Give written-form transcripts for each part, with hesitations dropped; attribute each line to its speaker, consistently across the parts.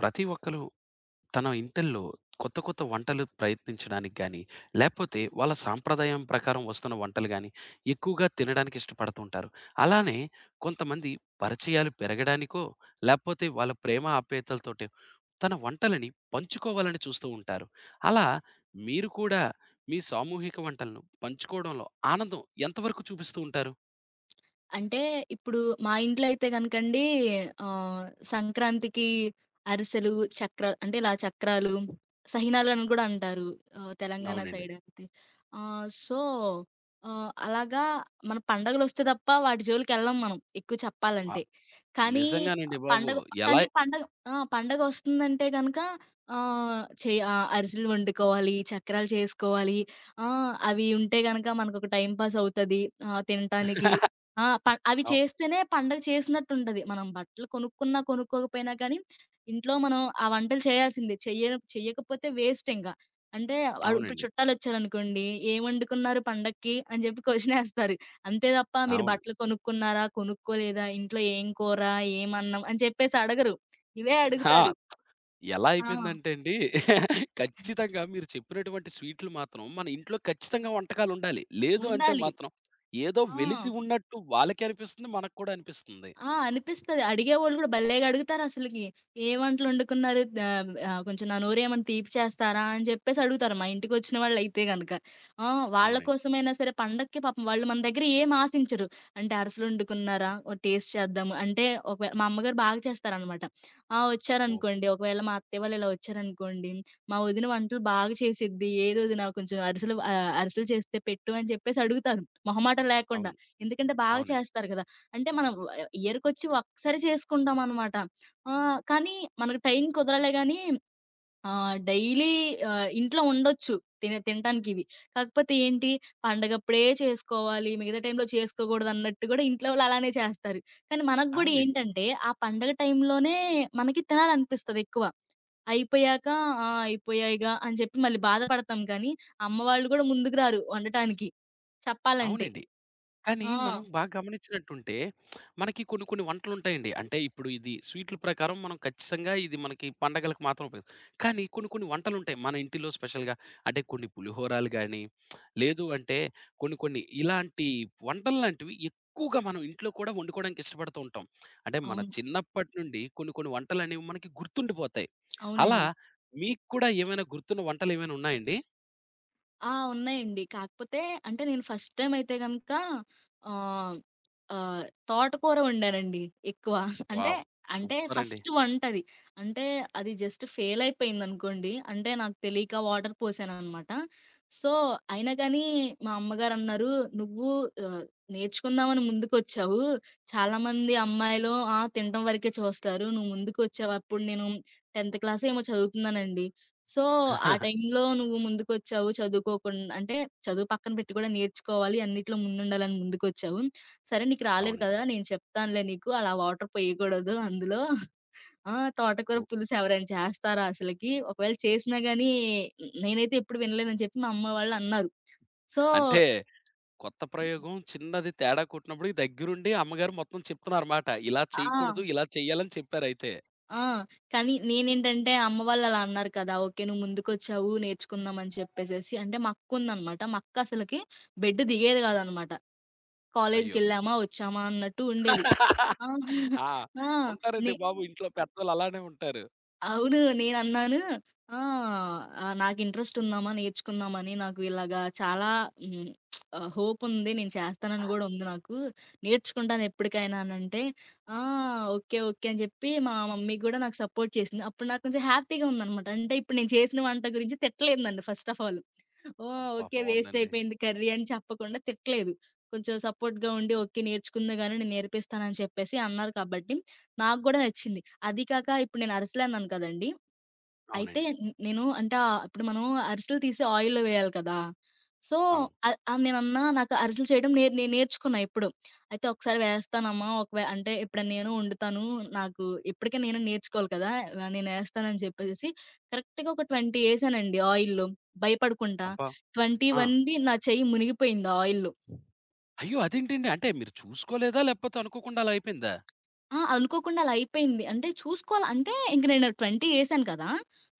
Speaker 1: ప్రతి ఒక్కళ్ళు తన ఇంటిల్లో కొత్త కొత్త వంటలు ప్రయత్నించడానికి గానీ, లేపోతే వాళ్ళ సాంప్రదాయం ప్రకారం వస్తున్న వంటలు గానీ, ఎక్కువగా తినడానికి ఇష్టపడుతూ ఉంటారు. అలానే కొంతమంది పరిచయాలు పెరగడానికో, లేపోతే వాళ్ళ ప్రేమ ఆప్యాయతలతోటో తన వంటలని పంచుకోవాలని చూస్తూ ఉంటారు. అలా మీరు కూడా మీ సామూహిక వంటలను పంచుకోవడంలో ఆనందం ఎంతవరకు చూపిస్తూ ఉంటారు?
Speaker 2: అంటే ఇప్పుడు మా ఇంట్లో అయితే గనకండి ఆహ్, సంక్రాంతికి అరిసెలు, అంటే ఇలా చక్రాలు, సకినాలు అని కూడా అంటారు. తెలంగాణ
Speaker 1: అవునండి.
Speaker 2: సైడ్ అయితే. ఆహ్, సో, అలాగా మన పండగలొస్తే తప్ప వాటి జోలికెళ్ళం మనం ఎక్కువ
Speaker 1: అ
Speaker 2: చెప్పాలంటే. కానీ
Speaker 1: నిజంగానండి బాబు.
Speaker 2: పండగ
Speaker 1: ఎలా
Speaker 2: కానీ పండగ పండగొస్తుందంటే గనక అరిసెలు వండుకోవాలి, చక్రాలు చేసుకోవాలి. ఆ! అవి ఉంటే గనక మనకొక టైమ్ పాస్ అవుతది, తినటానికి. ఆ! ప అవి
Speaker 1: అవు
Speaker 2: చేస్తేనే పండగ చేసినట్టుంటది. మనం బట్టలు కొనుక్కున్నా, కొనుక్కోకపోయినా కానీ, ఇంట్లో మనం ఆ వంటలు చేయాల్సిందే. చెయ్యకపోతే వేస్టింక. అంటే ఇప్పుడు
Speaker 1: అవునండి.
Speaker 2: చుట్టాలొచ్చారనుకోండి, "ఏం వండుకున్నారు పండక్కి?" అని చెప్పి క్వెషనేస్తారు. అంతే తప్ప మీరు
Speaker 1: అవును.
Speaker 2: బట్టలు కొనుక్కున్నారా? కొనుక్కోలేదా? ఇంట్లో ఏం కూర? ఏం అన్నం? అని చెప్పేసి అడగరు. ఇవే
Speaker 1: ఆ!
Speaker 2: అడుగుతారు.
Speaker 1: ఎలా
Speaker 2: ఆ!
Speaker 1: అయిపోయిందంటే అండి, ఖచ్చితంగా మీరు చెప్పినటువంటి స్వీట్లు మాత్రం మన ఇంట్లో ఖచ్చితంగా వంటకాలు ఉండాలి. లేదు అంటే
Speaker 2: ఉండాలి.
Speaker 1: మాత్రం ఏదో వెలితి
Speaker 2: ఆ!
Speaker 1: ఉన్నట్టు వాళ్ళకి అనిపిస్తుంది. మనకు కూడా అనిపిస్తుంది.
Speaker 2: ఆ! అనిపిస్తది. అడిగేవాళ్ళు గూడా భలేగా అడుగుతారసలకి. ఏ వంటలొండుకున్నారు? ద కొంచెం నా నోరేమన్నా తీపి చేస్తారా? అని చెప్పేసి అడుగుతారు మా ఇంటికొచ్చిన వాళ్ళైతే గనక. ఆ! వాళ్ళ
Speaker 1: అవునండి.
Speaker 2: కోసమైనా సరే పండక్కి పాపం వాళ్ళు మన దగ్గర ఏం ఆశించరు. అంటే అరిసెలొండుకున్నారా? ఓ టేస్ట్ చేద్దాము. అంటే ఒకవేళ మా అమ్మగారు బాగా చేస్తారనమాట.
Speaker 1: ఓహ్!
Speaker 2: వచ్చారనుకోండి, ఒకవేళ మా అత్తయ్య వాళ్ళు ఇలా వచ్చారనుకోండి, మా వదిన వంటలు బాగా చేసిద్ది. ఏదొదినా కొంచెం అరిసెలు చేస్తే పెట్టు అని చెప్పేసి అడుగుతారు, మొహమాటం లేకుండా.
Speaker 1: అవును.
Speaker 2: ఎందుకంటే బాగా
Speaker 1: అవునండి.
Speaker 2: చేస్తారు కదా! అంటే మనం ఇయర్‌కొచ్చి ఒక్కసారి చేసుకుంటామనమాట. కానీ మనకు టైం కుదరలే గానీ, డైలీ ఇంట్లో ఉండొచ్చు, తినటానికివి. కాకపోతే ఏంటి, పండగప్పుడే చేసుకోవాలి, మిగతా టైంలో చేసుకోకూడదన్నట్టు గూడా ఇంట్లో వాళ్ళు అలానే చేస్తారు. కానీ మనకు గూడా
Speaker 1: అవునండి.
Speaker 2: ఏంటంటే ఆ పండగ టైంలోనే మనకి తినాలనిపిస్తదెక్కువ. అయిపోయాక అయిపోయాయిగా అని చెప్పి మళ్ళీ బాధపడతాం, కానీ అమ్మ వాళ్ళు గూడా ముందుకు రారు వండటానికి చెప్పాలంటే.
Speaker 1: అవునండి. కానీ
Speaker 2: ఆ!
Speaker 1: మనం బాగా గమనించినట్టుంటే, మనకి కొన్ని కొన్ని వంటలుంటాయండి. అంటే ఇప్పుడు ఇది స్వీట్‌ల ప్రకారం మనం ఖచ్చితంగా ఇది మనకి పండగలకు మాత్రం ఉపయోగిస్తాం. కానీ కొన్ని కొన్ని వంటలుంటాయి మన ఇంటిలో స్పెషల్‌గా. అంటే కొన్ని పులిహోరాలు గాని, లేదు అంటే కొన్ని కొన్ని ఇలాంటి వంటల్లాంటివి ఎక్కువగా మనం ఇంట్లో కూడా వండుకోవడానికి ఇష్టపడుతూ ఉంటాం. అంటే మన
Speaker 2: అవును.
Speaker 1: చిన్నప్పటి నుండి కొన్ని కొన్ని వంటలనేవి మనకి గుర్తుండిపోతాయి. అలా
Speaker 2: అవునండి.
Speaker 1: మీకు కూడా ఏమైనా గుర్తున్న వంటలేమైనా ఉన్నాయండి?
Speaker 2: ఉన్నాయండి. కాకపోతే అంటే నేను ఫస్ట్ టైమ్ అయితే గనక ఆహ్, ఆహ్, తోటకూర వండానండి ఎక్కువ. అంటే,
Speaker 1: వావ్!
Speaker 2: అంటే
Speaker 1: సూపరండి.
Speaker 2: ఫస్ట్ వంటది. అంటే అది జస్ట్ ఫెయిల్ అయిపోయిందనుకోండి. అంటే నాకు తెలియక వాటర్ పోసాననమాట. సో, అయినా కానీ మా అమ్మగారన్నారు, "నువ్వు ఆహ్, నేర్చుకుందామని ముందుకొచ్చావు. చాలామంది అమ్మాయిలు తినటం వరకే చూస్తారు. నువ్వు ముందుకొచ్చావు." అప్పుడు నేను 10వ క్లాసో ఏమో చదువుతున్నానండి. సో, ఆ టైంలో నువ్వు ముందుకొచ్చావు చదువుకోకుండా, అంటే చదువు పక్కన పెట్టి కూడా నేర్చుకోవాలి, అన్నిట్లో ముందుండాలని ముందుకొచ్చావు. సరే నీకు రాలేదు
Speaker 1: అవునండి.
Speaker 2: కదా! నేను చెప్తానులే నీకు, అలా వాటర్ పొయ్యకూడదు అందులో. ఆ! తోటకూర
Speaker 1: ఓహ్!
Speaker 2: పులుసు ఎవరైనా చేస్తారా అసలకి? ఒకవేళ చేసినా గానీ నేనైతే ఎప్పుడు వినలేదని చెప్పి మా అమ్మ వాళ్ళన్నారు. సో
Speaker 1: అంటే కొత్త ప్రయోగం చిన్నది తేడా కొట్టినప్పుడు దగ్గరుండి అమ్మగారు మొత్తం చెప్తున్నారన్నమాట. ఇలా
Speaker 2: ఆ!
Speaker 1: చేయకూడదు, ఇలా చేయాలని చెప్పారయితే.
Speaker 2: ఆ! కానీ నేనేంటంటే అమ్మ వాళ్ళు అలా అన్నారు కదా! ఓకే, నువ్వు ముందుకొచ్చావు నేర్చుకుందాం అని చెప్పేసేసి, అంటే మా అక్కుందనమాట. మా అక్క అసలకి బెడ్ దిగేది కాదనమాట.
Speaker 1: అయ్యో!
Speaker 2: కాలేజ్‌కెళ్ళామా, వచ్చామా అన్నట్టు ఉండేది. ఆ!
Speaker 1: ఆ!
Speaker 2: ఆ! నే
Speaker 1: ఉంటారండి బాబు, ఇంట్లో పెద్దోళ్ళు అలానే ఉంటారు.
Speaker 2: అవును. నేనన్నాను. ఆ! నాకు ఇంట్రెస్ట్ ఉందమ్మా నేర్చుకుందామని. నాకు ఇలాగా చాలా హ్మ్. హోప్ ఉంది. నేను చేస్తానని గూడా ఉంది నాకు. నేర్చుకుంటాను ఎప్పటికైనా అనంటే, "ఆ! ఓకే. ఓకే." అని చెప్పి మా మమ్మీ గూడా నాకు సపోర్ట్ చేసింది. అప్పుడు నాకు కొంచెం హ్యాపీగా ఉందనమాట. అంటే ఇప్పుడు నేను చేసిన వంట గురించి తిట్టలేదు నన్ను ఫస్ట్ ఆఫ్ ఆల్. ఓహ్!
Speaker 1: అబ్బా!
Speaker 2: ఓకే. వేస్ట్
Speaker 1: బావుందండి.
Speaker 2: అయిపోయింది కర్రీ అని చెప్పకుండా తిట్టలేదు. కొంచెం సపోర్ట్‌గా ఉండి, "ఓకే, నేర్చుకుంది గాని నేను నేర్పిస్తాను" అని చెప్పేసి అన్నారు కాబట్టి నాకు గూడా నచ్చింది. అది కాక ఇప్పుడు నేను అరిసెలన్నాను కదండీ! అయితే
Speaker 1: అవునండి.
Speaker 2: నేను అంటే ఇప్పుడు మనం అరిసెలు తీసి ఆయిల్‌లో వేయాలి కదా! సో,
Speaker 1: అవును.
Speaker 2: ఆహ్, ఆహ్, నేనన్నా నాకు అరిసెలు చేయడం నేను నేర్చుకున్నా ఎప్పుడు. అయితే ఒకసారి వేస్తానమ్మా అంటే ఎప్పుడైనా నేను వండుతాను. నాకు ఇప్పటికే నేను నేర్చుకోవాలి కదా! నేనేస్తానని చెప్పేసేసి కరెక్ట్‌గా ఒక 20 ఏసానండి ఆయిల్‌లో భయపడకుండా.
Speaker 1: అబ్బా! ఆ!
Speaker 2: 21వది నా చెయ్యి మునిగిపోయింది ఆయిల్‌లో.
Speaker 1: అయ్యో! అదేంటండి? అంటే మీరు చూసుకోలేదా? లేకపోతే అనుకోకుండా అలా అయిపోయిందా?
Speaker 2: అనుకోకుండా అలా అయిపోయింది. అంటే చూసుకోవాలి అంటే ఇంక నేను 20 ఏసాను కదా!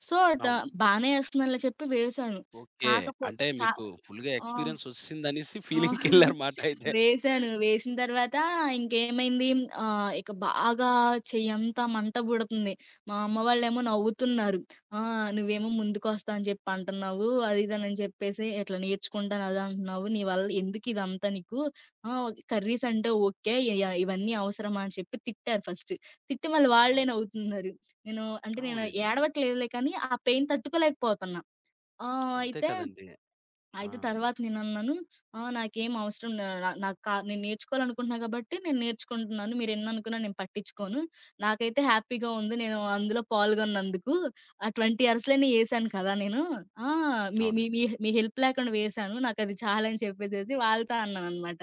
Speaker 2: సో, డ
Speaker 1: అవును.
Speaker 2: బానే ఏస్తున్నానులే చెప్పి వేశాను.
Speaker 1: ఓకే.
Speaker 2: కాకపో
Speaker 1: అంటే
Speaker 2: కా
Speaker 1: మీకు ఫుల్‌గా
Speaker 2: ఆ!
Speaker 1: ఎక్స్‌పీరియన్స్ ఒచ్చేసిందనేసి
Speaker 2: ఆ!
Speaker 1: ఫీలింగ్‌కెళ్లారుమాట అయితే.
Speaker 2: వేశాను. వేసిన తర్వాత ఇంకేమైంది, ఇక బాగా చెయ్యంతా మంట పుడుతుంది. మా అమ్మ వాళ్ళేమో నవ్వుతున్నారు. "ఆ! నువ్వేమో ముందుకొస్తా అని చెప్పి అంటున్నావు. అది ఇది" అని చెప్పేసి, "ఇట్లా నేర్చుకుంటాను అది అంటున్నావు. నీ వల్ల ఎందుకిదంతా నీకు? ఆ! కర్రీస్ అంటే ఓకే. ఇవన్నీ అవసరమా?" అని చెప్పి తిట్టారు ఫస్ట్. తిట్టి మళ్ళీ వాళ్ళే
Speaker 1: అవును.
Speaker 2: నవ్వుతున్నారు. నేను అంటే నేను
Speaker 1: అవునండి.
Speaker 2: ఏడవట్లేదులే కానీ, ఆ పెయిన్ తట్టుకోలేకపోతున్నా. ఆ!
Speaker 1: అంతే
Speaker 2: అయితే
Speaker 1: కదండీ! ఆ!
Speaker 2: అయితే తర్వాత నేనన్నాను, "ఆ! నాకేం అవసరం, నా నా నాకు నేను నేర్చుకోవాలనుకుంటున్నా కాబట్టి నేను నేర్చుకుంటున్నాను. మీరెన్ననుకున్నా నేను పట్టించుకోను. నాకైతే హ్యాపీగా ఉంది, నేను అందులో పాల్గొన్నందుకు. ఆ 20 అవర్స్‌లోనే ఏశాను కదా నేను. ఆ! మీ మీ
Speaker 1: అవునండి.
Speaker 2: మీ మీ హెల్ప్ లేకుండా వేశాను. నాకది చాలని" చెప్పేసేసి వాళ్ళతో అన్నాననమాట.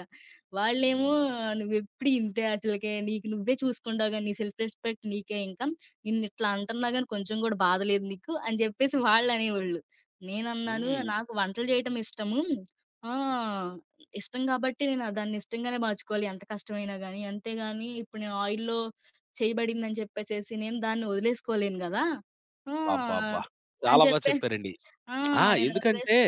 Speaker 2: వాళ్ళేమో
Speaker 1: హ్మ్.
Speaker 2: "నువ్వెప్పుడు ఇంతే అసలకి. నీకు నువ్వే చూసుకుంటావు గాని నీ సెల్ఫ్ రెస్పెక్ట్ నీకే ఇంకా. నిన్నిట్లా అంటున్నా గాని కొంచెం గూడా బాధ లేదు నీకు" అని జెప్పేసి వాళ్ళనేవాళ్ళు. నేనన్నాను,
Speaker 1: హ్మ్.
Speaker 2: నాకు వంటలు జేయటం ఇష్టము. ఆ! ఇష్టం గాబట్టి నేను దాన్ని ఇష్టంగానే మార్చుకోవాలి ఎంత కష్టమైనా గాని. అంతేగాని ఇప్పుడు నేను ఆయిల్‌లో చేయబడిందని చెప్పేసేసి నేను దాన్ని వదిలేసుకోలేను గదా! ఆ!
Speaker 1: అబ్బబ్బా!
Speaker 2: అని
Speaker 1: చాలా
Speaker 2: చెప్పేసి,
Speaker 1: చెప్పారండి.
Speaker 2: ఆ!
Speaker 1: ఆ!
Speaker 2: నేను
Speaker 1: ఎందుకంటే
Speaker 2: వదిలేసి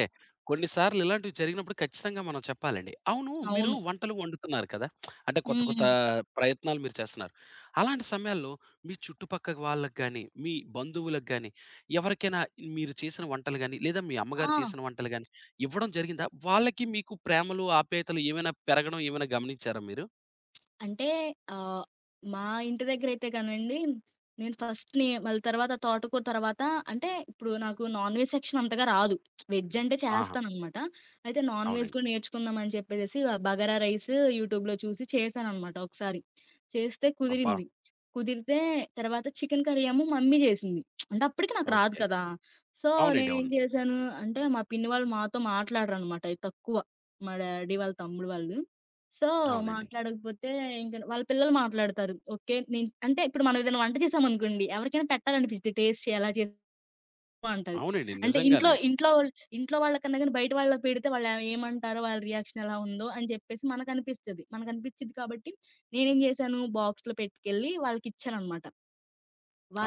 Speaker 1: కొన్ని సార్లు ఇలాంటివి జరిగినప్పుడు ఖచ్చితంగా మనం చెప్పాలండి. అవును, మీరు
Speaker 2: అవును.
Speaker 1: వంటలు వండుతున్నారు కదా! అంటే కొత్త కొత్త
Speaker 2: హ్మ్.
Speaker 1: ప్రయత్నాలు మీరు చేస్తున్నారు. అలాంటి సమయాల్లో మీ చుట్టుపక్క వాళ్ళకి గాని, మీ బంధువులకు గాని, ఎవరికైనా మీరు చేసిన వంటలు గాని, లేదా మీ అమ్మగారు
Speaker 2: ఆ!
Speaker 1: చేసిన వంటలు గాని ఇవ్వడం జరిగిందా? వాళ్ళకి మీకు ప్రేమలు, ఆప్యాయతలు ఏమైనా పెరగడం ఏమైనా గమనించారా మీరు?
Speaker 2: అంటే ఆహ్, మా ఇంటి దగ్గరైతే గానండి, నేను ఫస్ట్‌ని, మళ్ళీ తర్వాత తోటకూర తర్వాత అంటే ఇప్పుడు నాకు నాన్ వెజ్ సెక్షన్ అంతగా రాదు, వెజ్ అంటే
Speaker 1: ఆహా!
Speaker 2: చేస్తాననమాట. అయితే నాన్ వెజ్
Speaker 1: అవునండి.
Speaker 2: కూడా నేర్చుకుందాం అని చెప్పేసేసి బగారా రైస్ యూట్యూబ్‌లో చూసి చేశాననమాట ఒకసారి. చేస్తే
Speaker 1: అబ్బా!
Speaker 2: కుదిరింది. కుదిరితే తర్వాత చికెన్ కర్రీ ఏమో మమ్మీ జేసింది. అంటే అప్పటికి నాకు రాదు
Speaker 1: ఓకే.
Speaker 2: కదా! సో,
Speaker 1: అవునండి.
Speaker 2: నేనేం
Speaker 1: అవును.
Speaker 2: చేశాను అంటే, మా పిన్ని వాళ్ళు మాతో మాట్లాడరనమాట తక్కువ, మా డ్యాడీ వాళ్ళ తమ్ముడు వాళ్ళు. సో,
Speaker 1: అవునండి.
Speaker 2: మాట్లాడకపోతే ఇంక వాళ్ళ పిల్లలు మాట్లాడతారు. ఓకే, నేను అంటే ఇప్పుడు మనం ఏదైనా వంట చేసామనుకోండి ఎవరికైనా పెట్టాలనిపిచ్చిద్ది, టేస్ట్ ఎలా అంటారు.
Speaker 1: అవునండి.
Speaker 2: అంటే ఇంట్లో
Speaker 1: నిజంగానే.
Speaker 2: ఇంట్లో వాళ్ళు ఇంట్లో వాళ్ళకన్నా గాని బయట వాళ్ళకి పెడితే వాళ్ళు ఏమంటారో, వాళ్ళ రియాక్షన్ ఎలా ఉందో అని చెప్పేసి మనకనిపిస్తది. మనకనిపిచ్చిద్ది కాబట్టి నేనేం జేశాను, బాక్స్‌లో పెట్టుకెళ్ళి వాళ్ళకిచ్చాననమాట.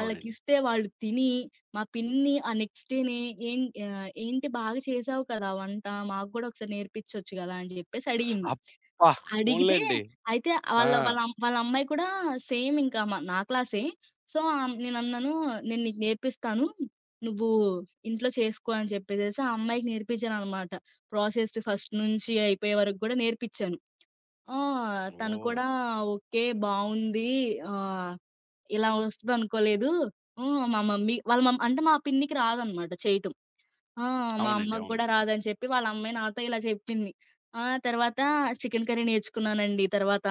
Speaker 1: అవునండి.
Speaker 2: వాళ్ళు తిని, మా పిన్ని ఆ నెక్స్ట్ డే‌నే ఏం "ఏంటి బాగా చేసావు కదా వంట, మాకు గూడా ఒకసారి నేర్పించొచ్చు గదా!" అని జెప్పేసి అడిగింది.
Speaker 1: అబ్బా!
Speaker 2: అడిగితే
Speaker 1: పోన్లెండి.
Speaker 2: అయితే
Speaker 1: ఆ!
Speaker 2: వాళ్ళ వాళ్ళ అమ్ వాళ్ళ అమ్మాయి కూడా సేమ్ ఇంకా మ నా క్లాసే. సో, నేనన్నాను, "నేను నీకు నేర్పిస్తాను, నువ్వు ఇంట్లో చేసుకో" అని చెప్పేసేసి ఆ అమ్మాయికి నేర్పించాననమాట. ప్రాసెస్ ఫస్ట్ నుంచి అయిపోయే వరకు గూడా నేర్పించాను. ఆ! తను
Speaker 1: ఓహ్!
Speaker 2: కూడా ఓకే, బావుంది. ఆ! ఇలా వస్తదనుకోలేదు. హ్మ్. మా మమ్మీ వాళ్ళ మమ్ అంటే మా పిన్నికి రాదనమాట చేయటం. ఆ! మా
Speaker 1: అవునండి.
Speaker 2: అమ్మకి
Speaker 1: అవును.
Speaker 2: గూడా రాదని చెప్పి వాళ్ళ అమ్మాయి నాతో ఇలా చెప్పింది. ఆ! తర్వాత చికెన్ కర్రీ నేర్చుకున్నానండి తర్వాత.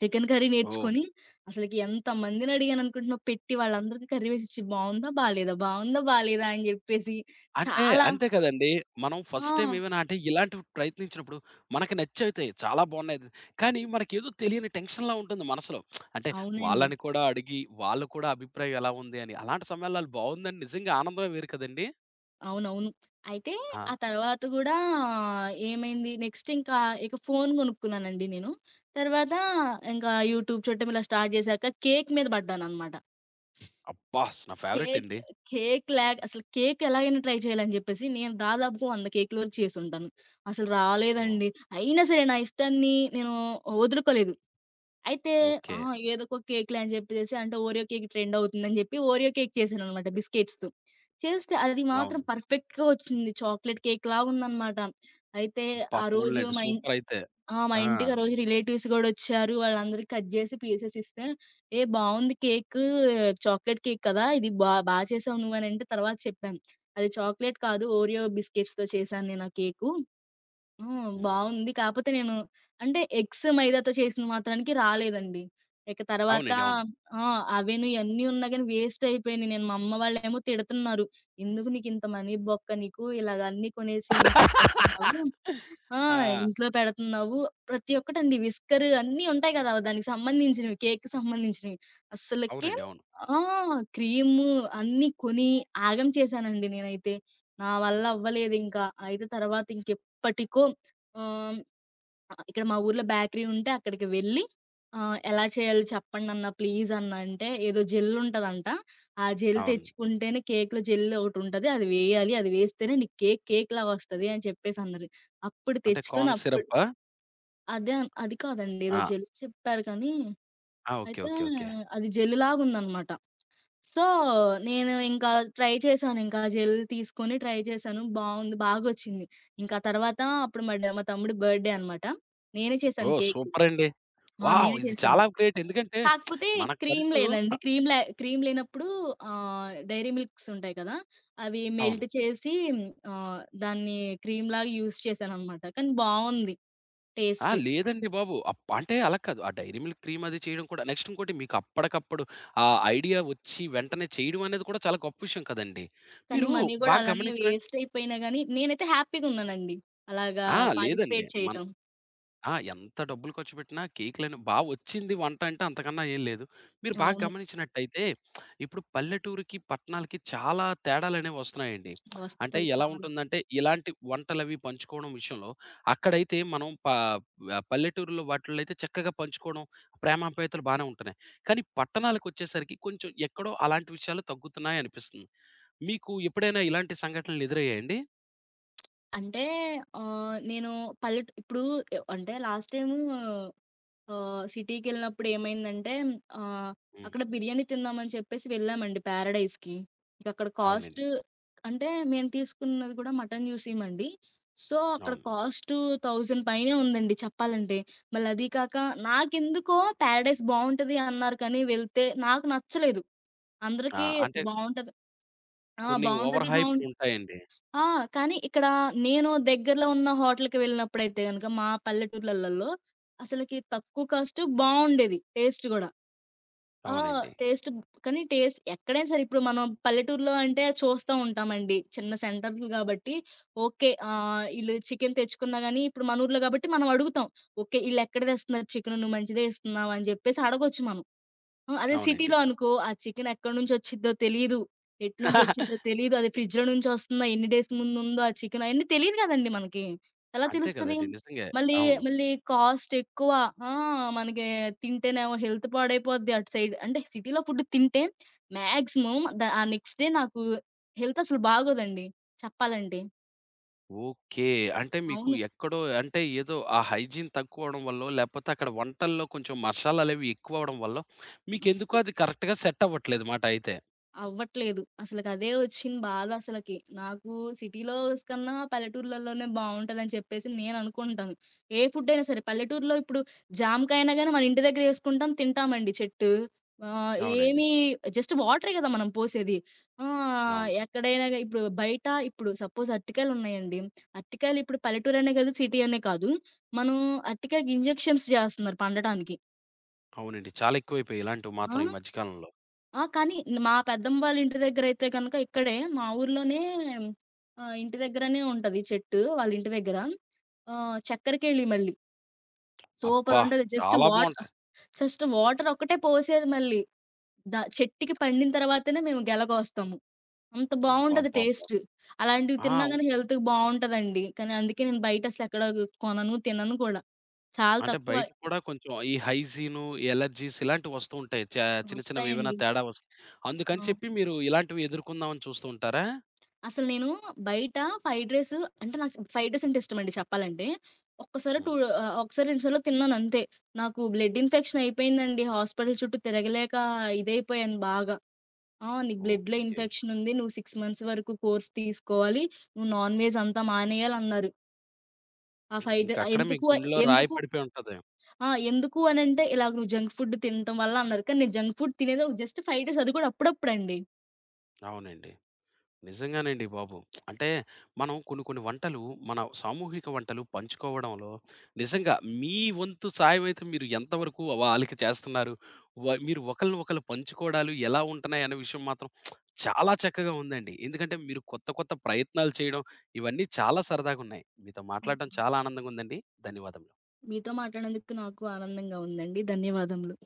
Speaker 2: చికెన్ కర్రీ
Speaker 1: ఓహ్!
Speaker 2: నేర్చుకొని అసలకి ఎంతమందిని అడిగాననుకుంటున్నావు, పెట్టి వాళ్ళందరికీ కర్రీ వేసిచ్చి బావుందా? బాలేదా? బావుందా? బాలేదా? అని జెప్పేసి
Speaker 1: అంటే
Speaker 2: చాలా,
Speaker 1: అంతే కదండీ. మనం
Speaker 2: ఆ!
Speaker 1: ఫస్ట్ టైమ్ ఏమైనా అంటే ఇలాంటివి ప్రయత్నించినప్పుడు మనకి నచ్చవుతాయి. చాలా బావున్నాయి. కానీ మనకేదో తెలియని టెన్షన్‌లా ఉంటుంది మనసులో. అంటే
Speaker 2: అవునండి.
Speaker 1: వాళ్ళని కూడా అడిగి, వాళ్ళు కూడా అభిప్రాయం ఎలా ఉంది అని. అలాంటి సమయాల్లో ఆళ్ళు బావుందని, నిజంగా ఆనందమే వేరు కదండీ!
Speaker 2: అవునవును. అయితే
Speaker 1: ఆ!
Speaker 2: ఆ తర్వాత గూడా ఏమైంది నెక్స్ట్, ఇంకా ఇక ఫోను గొనుక్కున్నానండి నేను. తర్వాత ఇంకా యూట్యూబ్ చూడటం ఇలా స్టార్ట్ జేశాక కేక్ మీద పడ్డాననమాట.
Speaker 1: అబ్బా! నా ఫేవరెట్
Speaker 2: కేక్
Speaker 1: అండి.
Speaker 2: కేక్ లేక అసలు కేక్ ఎలాగైనా ట్రై చేయాలని జెప్పేసి నేను దాదాపుగా 100 కేకుల వరకు చేసుంటాను. అసలు
Speaker 1: ఓహ్!
Speaker 2: రాలేదండి. అయినా సరే నా ఇష్టాన్ని నేను వదులుకోలేదు. అయితే ఆ!
Speaker 1: ఓకే.
Speaker 2: ఏదో ఒక కేక్‌లే అని జెప్పేసేసి, అంటే ఓరియో కేక్ ట్రెండ్ అవుతుందని జెప్పి ఓరియో కేక్ చేశాననమాట బిస్కెట్స్‌తో. చేస్తే అది మాత్రం
Speaker 1: అవును.
Speaker 2: పర్ఫెక్ట్‌గా వచ్చింది. చాక్లేట్ కేక్‌లా ఉందనమాట. అయితే
Speaker 1: అబ్బా!
Speaker 2: ఆ రోజు
Speaker 1: పోన్లెండి.
Speaker 2: మా ఇం
Speaker 1: సూపర్ అయితే.
Speaker 2: ఆ! మా
Speaker 1: ఆ!
Speaker 2: ఇంటికి ఆ రోజు రిలేటివ్స్ గూడొచ్చారు. వాళ్ళందరికి కట్ జేసి పీసెస్ ఇస్తే, "ఏ బావుంది కేకు, చాక్లేట్ కేక్ కదా! ఇది బా బా చేసావు నువ్వు" అని అంటే తర్వాత చెప్పాను, "అది చాక్లేట్ కాదు, ఓరియో బిస్కెట్స్‌తో చేశాను నేను ఆ కేకు." హ్మ్.
Speaker 1: హ్మ్.
Speaker 2: బావుంది. కాపోతే నేను అంటే ఎగ్స్, మైదాతో చేసిన మాత్రానికి రాలేదండి. ఇక తర్వాత
Speaker 1: అవునండి. అవును.
Speaker 2: ఆ! అవెను ఇయన్నీ ఉన్నా గాని వేస్ట్ అయిపోయినియి. నేను, మా అమ్మ వాళ్ళేమో తిడుతున్నారు, "ఎందుకు నీకింత మనీ బొక్క నీకు? ఇలాగ అన్నీ కొనేసి ఇంట్లో పెడుతున్నావు. ఆ!
Speaker 1: ఆ!
Speaker 2: ఇంట్లో పెడుతున్నావు." ప్రతి ఒక్కటండి విస్కరు అన్నీ ఉంటాయి కదా! దానికి సంబంధించినవి, కేక్‌కి సంబంధించినవి. అస్సలకి
Speaker 1: అవునండి. అవును.
Speaker 2: ఆ! క్రీము అన్నీ కొని ఆగం చేశానండి నేనైతే. నా వల్ల అవ్వలేదింకా. అయితే తర్వాత ఎప్పటికో ఆహ్, ఇక్కడ మా ఊర్లో బేకరీ ఉంటే అక్కడికి వెళ్ళి, ఎలా చేయాలో చెప్పండన్నా ప్లీజ్ అన్నా అంటే, ఏదో జెల్ ఉంటదంట. ఆ జెల్
Speaker 1: అవును.
Speaker 2: తెచ్చుకుంటేనే కేక్‌లో జెల్ ఒకటుంటది, అది వేయాలి, అది వేస్తేనే నీకు కేక్ కేక్ లాగా వస్తది అని చెప్పేసి అన్నది. అప్పుడు
Speaker 1: అంటే
Speaker 2: తెచ్చుకొని
Speaker 1: కార్న్
Speaker 2: అప్పుడు
Speaker 1: సిరప్పా?
Speaker 2: అదే అది కాదండి, ఏదో
Speaker 1: ఆ!
Speaker 2: జెల్ చెప్పారు కానీ,
Speaker 1: ఆ! ఓకే.
Speaker 2: అయితే
Speaker 1: ఓకే. ఓకే.
Speaker 2: అది జెల్ లాగుందనమాట. సో, నేను ఇంకా ట్రై చేశాను. ఇంకా ఆ జెల్ తీసుకొని ట్రై చేశాను. బావుంది, బాగొచ్చింది. ఇంకా ఆ తర్వాత అప్పుడు మా తమ్ముడి బర్త్‌డే అనమాట. నేనే చేశాను
Speaker 1: ఓహ్!
Speaker 2: కేక్.
Speaker 1: సూపరండి.
Speaker 2: ఆ!
Speaker 1: వావ్!
Speaker 2: నేనే
Speaker 1: ఇది
Speaker 2: చేశాను.
Speaker 1: చాలా గ్రేట్. ఎందుకంటే
Speaker 2: కాకపోతే క్రీమ్
Speaker 1: మనకంటూ
Speaker 2: లేదండి.
Speaker 1: అ
Speaker 2: క్రీమ్ లేనప్పుడు డైరీ మిల్క్స్ ఉంటాయి కదా! అవి
Speaker 1: అవును.
Speaker 2: మెల్ట్ చేసి దాన్ని క్రీమ్‌లాగా యూజ్ చేశాననమాట. కానీ బావుంది
Speaker 1: ఆ!
Speaker 2: టేస్ట్.
Speaker 1: లేదండి బాబు. అంటే అలా కాదు. ఆ డైరీ మిల్క్ క్రీమ్ అది చేయడం కూడా నెక్స్ట్ ఇంకోటి మీకు అప్పటికప్పుడు ఆ ఐడియా వచ్చి వెంటనే చేయడం అనేది కూడా చాలా గొప్ప విషయం కదండీ.
Speaker 2: కానీ
Speaker 1: మీరు
Speaker 2: మనీ గూడా
Speaker 1: బాగా
Speaker 2: అలానే
Speaker 1: గమనించిన
Speaker 2: వేస్ట్ అయిపోయినా గానీ నేనైతే హ్యాపీ‌గున్నానండి. అలాగా
Speaker 1: ఆ! లేదండి.
Speaker 2: పార్టిసిపేట్
Speaker 1: మన
Speaker 2: చేయటం.
Speaker 1: ఆ! ఎంత డబ్బులు ఖర్చు పెట్టినా కేక్‌లని వచ్చింది వంట అంటే అంతకన్నా ఏం లేదు. మీరు బాగా
Speaker 2: అవును.
Speaker 1: గమనించినట్టయితే ఇప్పుడు పల్లెటూరికి, పట్టణాలకి చాలా తేడాలనేవి వస్తున్నాయండి. అంటే
Speaker 2: వస్తాయి
Speaker 1: ఎలా
Speaker 2: చాలా.
Speaker 1: ఉంటుందంటే, ఇలాంటి వంటలవి పంచుకోవడం విషయంలో అక్కడైతే మనం పల్లెటూరులో వాటిల్లో అయితే చక్కగా పంచుకోవడం, ప్రేమాప్యాయతలు బానే ఉంటున్నాయి. కానీ పట్టణాలకొచ్చేసరికి కొంచెం ఎక్కడో అలాంటి విషయాలు తగ్గుతున్నాయి అనిపిస్తుంది. మీకు ఎప్పుడైనా ఇలాంటి సంఘటనలు ఎదురయ్యాయండి?
Speaker 2: అంటే నేను ఇప్పుడు అంటే లాస్ట్ టైము సిటీకెళ్ళినప్పుడు ఏమైందంటే, ఆహ్,
Speaker 1: హ్మ్.
Speaker 2: అక్కడ బిర్యానీ తిందామని చెప్పేసి వెళ్ళామండి పారడైజ్‌కి. ఇంకక్కడ కాస్ట్
Speaker 1: అవునండి.
Speaker 2: అంటే మేము తీసుకున్నది కూడా మటన్ యూసీమండి. సో, అక్కడ
Speaker 1: అవును.
Speaker 2: కాస్టు 1000 పైనే ఉందండి చెప్పాలంటే. మళ్ళీ అదీ కాక నాకెందుకో పారడైస్ బావుంటది అన్నారు కానీ వెళ్తే నాకు నచ్చలేదు.
Speaker 1: ఆ!
Speaker 2: అందరికీ
Speaker 1: అంటే
Speaker 2: బావుంటది, ఆ!
Speaker 1: కొన్ని ఓవర్
Speaker 2: బావుంటది బావుం
Speaker 1: హైప్‌డ్ ఉంటాయండి.
Speaker 2: ఆ! కానీ ఇక్కడ నేను దగ్గరలో ఉన్న హోటల్‌కి వెళ్ళినప్పుడైతే గనుక, మా పల్లెటూర్లలలో అసలకి తక్కువ కాస్ట్ బావుండేది, టేస్ట్ గూడా. ఆ!
Speaker 1: అవునండి.
Speaker 2: టేస్ట్ కానీ టేస్ట్ ఎక్కడైనా సరే ఇప్పుడు మనం పల్లెటూరులో అంటే చూస్తా ఉంటామండి, చిన్న సెంటర్లు గాబట్టి. ఓకే, ఈళ్ళు చికెన్ తెచ్చుకున్నా గాని ఇప్పుడు మన ఊర్లో గాబట్టి మనం అడుగుతాం. ఓకే, ఈళ్ళెక్కడ తెస్తున్నారు చికెను? నువ్వు మంచిదే ఇస్తున్నావు అని జెప్పేసి అడగొచ్చు మనం. ఆ! అదే
Speaker 1: అవునండి.
Speaker 2: సిటీలో అనుకో, ఆ చికెన్ ఎక్కడినుంచొచ్చిద్దో తెలీదు, ఎటునుంచొచ్చిద్దో తెలీదు. అది ఫ్రిడ్జ్‌లో నుంచొస్తుందా, ఎన్ని డేస్ ముందుందో ఆ చికెన్, అయన్నీ తెలీదు గదండీ మనకి. ఎలా
Speaker 1: అంతే
Speaker 2: తెలుస్తది?
Speaker 1: కదండీ. నిజంగే.
Speaker 2: మళ్ళీ,
Speaker 1: అవును.
Speaker 2: మళ్ళీ కాస్ట్ ఎక్కువ. ఆ! మనకి తింటేనేమో హెల్త్ పాడైపోద్ది అటు సైడ్. అంటే సిటీలో ఫుడ్ తింటే మాక్సిమం ఆ నెక్స్ట్ డే నాకు హెల్త్ అసలు బాగోదండి చెప్పాలంటే.
Speaker 1: ఓకే. అంటే మీకు
Speaker 2: అవును.
Speaker 1: ఎక్కడో అంటే ఏదో ఆ హైజీన్ తక్కువవడం వల్లో, లేపోతే అక్కడ వంటల్లో కొంచెం మషాలాలవి ఎక్కువవడం వల్లో,
Speaker 2: అస్
Speaker 1: మీకెందుకో అది కరెక్ట్‌గా సెట్ అవ్వట్లేదు మాట అయితే.
Speaker 2: అవ్వట్లేదు. అసలకదే ఒచ్చిన బాధ అసలకి. నాకు సిటీలో కన్నా పల్లెటూర్లలోనే బావుంటదని చెప్పేసి నేననుకుంటాను. ఏ ఫుడ్డయినా సరే పల్లెటూరులో ఇప్పుడు జామకాయైనా గానీ మన ఇంటి దగ్గర ఏసుకుంటాం, తింటామండి చెట్టు. ఆహ్,
Speaker 1: అవునండి.
Speaker 2: ఏమి జస్ట్ వాటరే గదా మనం పోసేది. ఆ!
Speaker 1: అవును.
Speaker 2: ఎక్కడైనా గా ఇప్పుడు బయట ఇప్పుడు సపోజ్ అరటికాయలున్నాయండి. అరటికాయలు ఇప్పుడు పల్లెటూరనే కాదు, సిటీ అనే కాదు, మనం అరటికాయకి ఇంజెక్షన్స్ జేస్తున్నారు పండటానికి.
Speaker 1: అవునండి. చాలా ఎక్కువైపోయాయి ఇలాంటివి
Speaker 2: ఆ!
Speaker 1: మాత్రం ఈ మధ్య కాలంలో.
Speaker 2: ఆ! కానీ మా పెద్దమ్మ వాళ్ళ ఇంటి దగ్గరైతే గనక, ఇక్కడే మా ఊర్లోనే ఇంటి దగ్గరనే ఉంటది చెట్టు వాళ్ళ ఇంటి దగ్గర. చక్కరకేళి మళ్ళీ
Speaker 1: అబ్బా!
Speaker 2: సూపరుంటది.
Speaker 1: చాలా బావుంటాయి.
Speaker 2: జస్ట్ వాటర్ ఒక్కటే పోసేది మళ్ళీ. చెట్టుకి పండిన తర్వాతనే మేము గెలకోస్తాము. అంత బావుంటది
Speaker 1: అబ్బబ్బబ్బా!
Speaker 2: టేస్ట్. అలాంటివి
Speaker 1: ఆ!
Speaker 2: తిన్నా గాని హెల్త్‌కి బావుంటదండి. కానీ అందుకే నేను బయట అసలెక్కడ కొనను, తినను కూడా. చాలా
Speaker 1: అంటే
Speaker 2: తక్కువ
Speaker 1: బయటికి కూడా కొంచెం ఈ హైజీను, ఎలర్జీస్ ఇలాంటివి వస్తూ ఉంటాయి. చిన్న చిన్నవేవైనా
Speaker 2: వస్తాయండి.
Speaker 1: తేడా వస్తే.
Speaker 2: ఆ!
Speaker 1: అందుకని చెప్పి మీరు ఇలాంటివి ఎదుర్కొందామని చూస్తూ ఉంటారా?
Speaker 2: అసలు నేను బయట ఫ్రైడ్ రైస్, అంటే నాకు ఫ్రైడ్ రైస్ అంటే ఇష్టమండి చెప్పాలంటే. ఒక్కసారో, టూ
Speaker 1: హ్మ్.
Speaker 2: ఒకసారి, రెండు సార్లో తిన్నానంతే. నాకు బ్లడ్ ఇన్ఫెక్షన్ అయిపోయిందండి. హాస్పిటల్ చుట్టూ తిరగలేక ఇదైపోయాను బాగా. "ఆ! నీకు బ్లడ్‌లో
Speaker 1: ఓకే.
Speaker 2: ఇన్ఫెక్షన్ ఉంది. నువ్వు 6 మంత్స్ వరకు కోర్స్ తీసుకోవాలి. నువ్వు నాన్ వెజ్ అంతా మానేయాలి" అన్నారు. ఆ
Speaker 1: హ్మ్.
Speaker 2: ఫ్రైడ్
Speaker 1: ఇంకక్కడ మీ
Speaker 2: ఎందుకు
Speaker 1: గుండెలో రాయి
Speaker 2: ఎందుకు
Speaker 1: పడిపోయి ఉంటది.
Speaker 2: ఆ! ఎందుకు అనంటే, "ఇలాగ నువ్వు జంక్ ఫుడ్ తినటం వల్ల" అన్నారు. కానీ నేను జంక్ ఫుడ్ తినేది ఒక జస్ట్ ఫ్రైడ్ రైస్, అది కూడా అప్పుడప్పుడండి.
Speaker 1: అవునండి. నిజంగానండి బాబు. అంటే మనం కొన్ని కొన్ని వంటలు, మన సామూహిక వంటలు పంచుకోవడంలో నిజంగా మీ వంతు సాయం అయితే మీరు ఎంతవరకు వాళ్ళకి చేస్తున్నారు? మీరు ఒకళ్ళని ఒకళ్ళు పంచుకోవడాలు ఎలా ఉంటున్నాయి అనే విషయం మాత్రం చాలా చక్కగా ఉందండి. ఎందుకంటే మీరు కొత్త కొత్త ప్రయత్నాలు చేయడం ఇవన్నీ చాలా సరదాగున్నాయి. మీతో మాట్లాడడం చాలా ఆనందంగా ఉందండి. ధన్యవాదములు.
Speaker 2: మీతో మాట్లాడినందుకు నాకు ఆనందంగా ఉందండి. ధన్యవాదములు.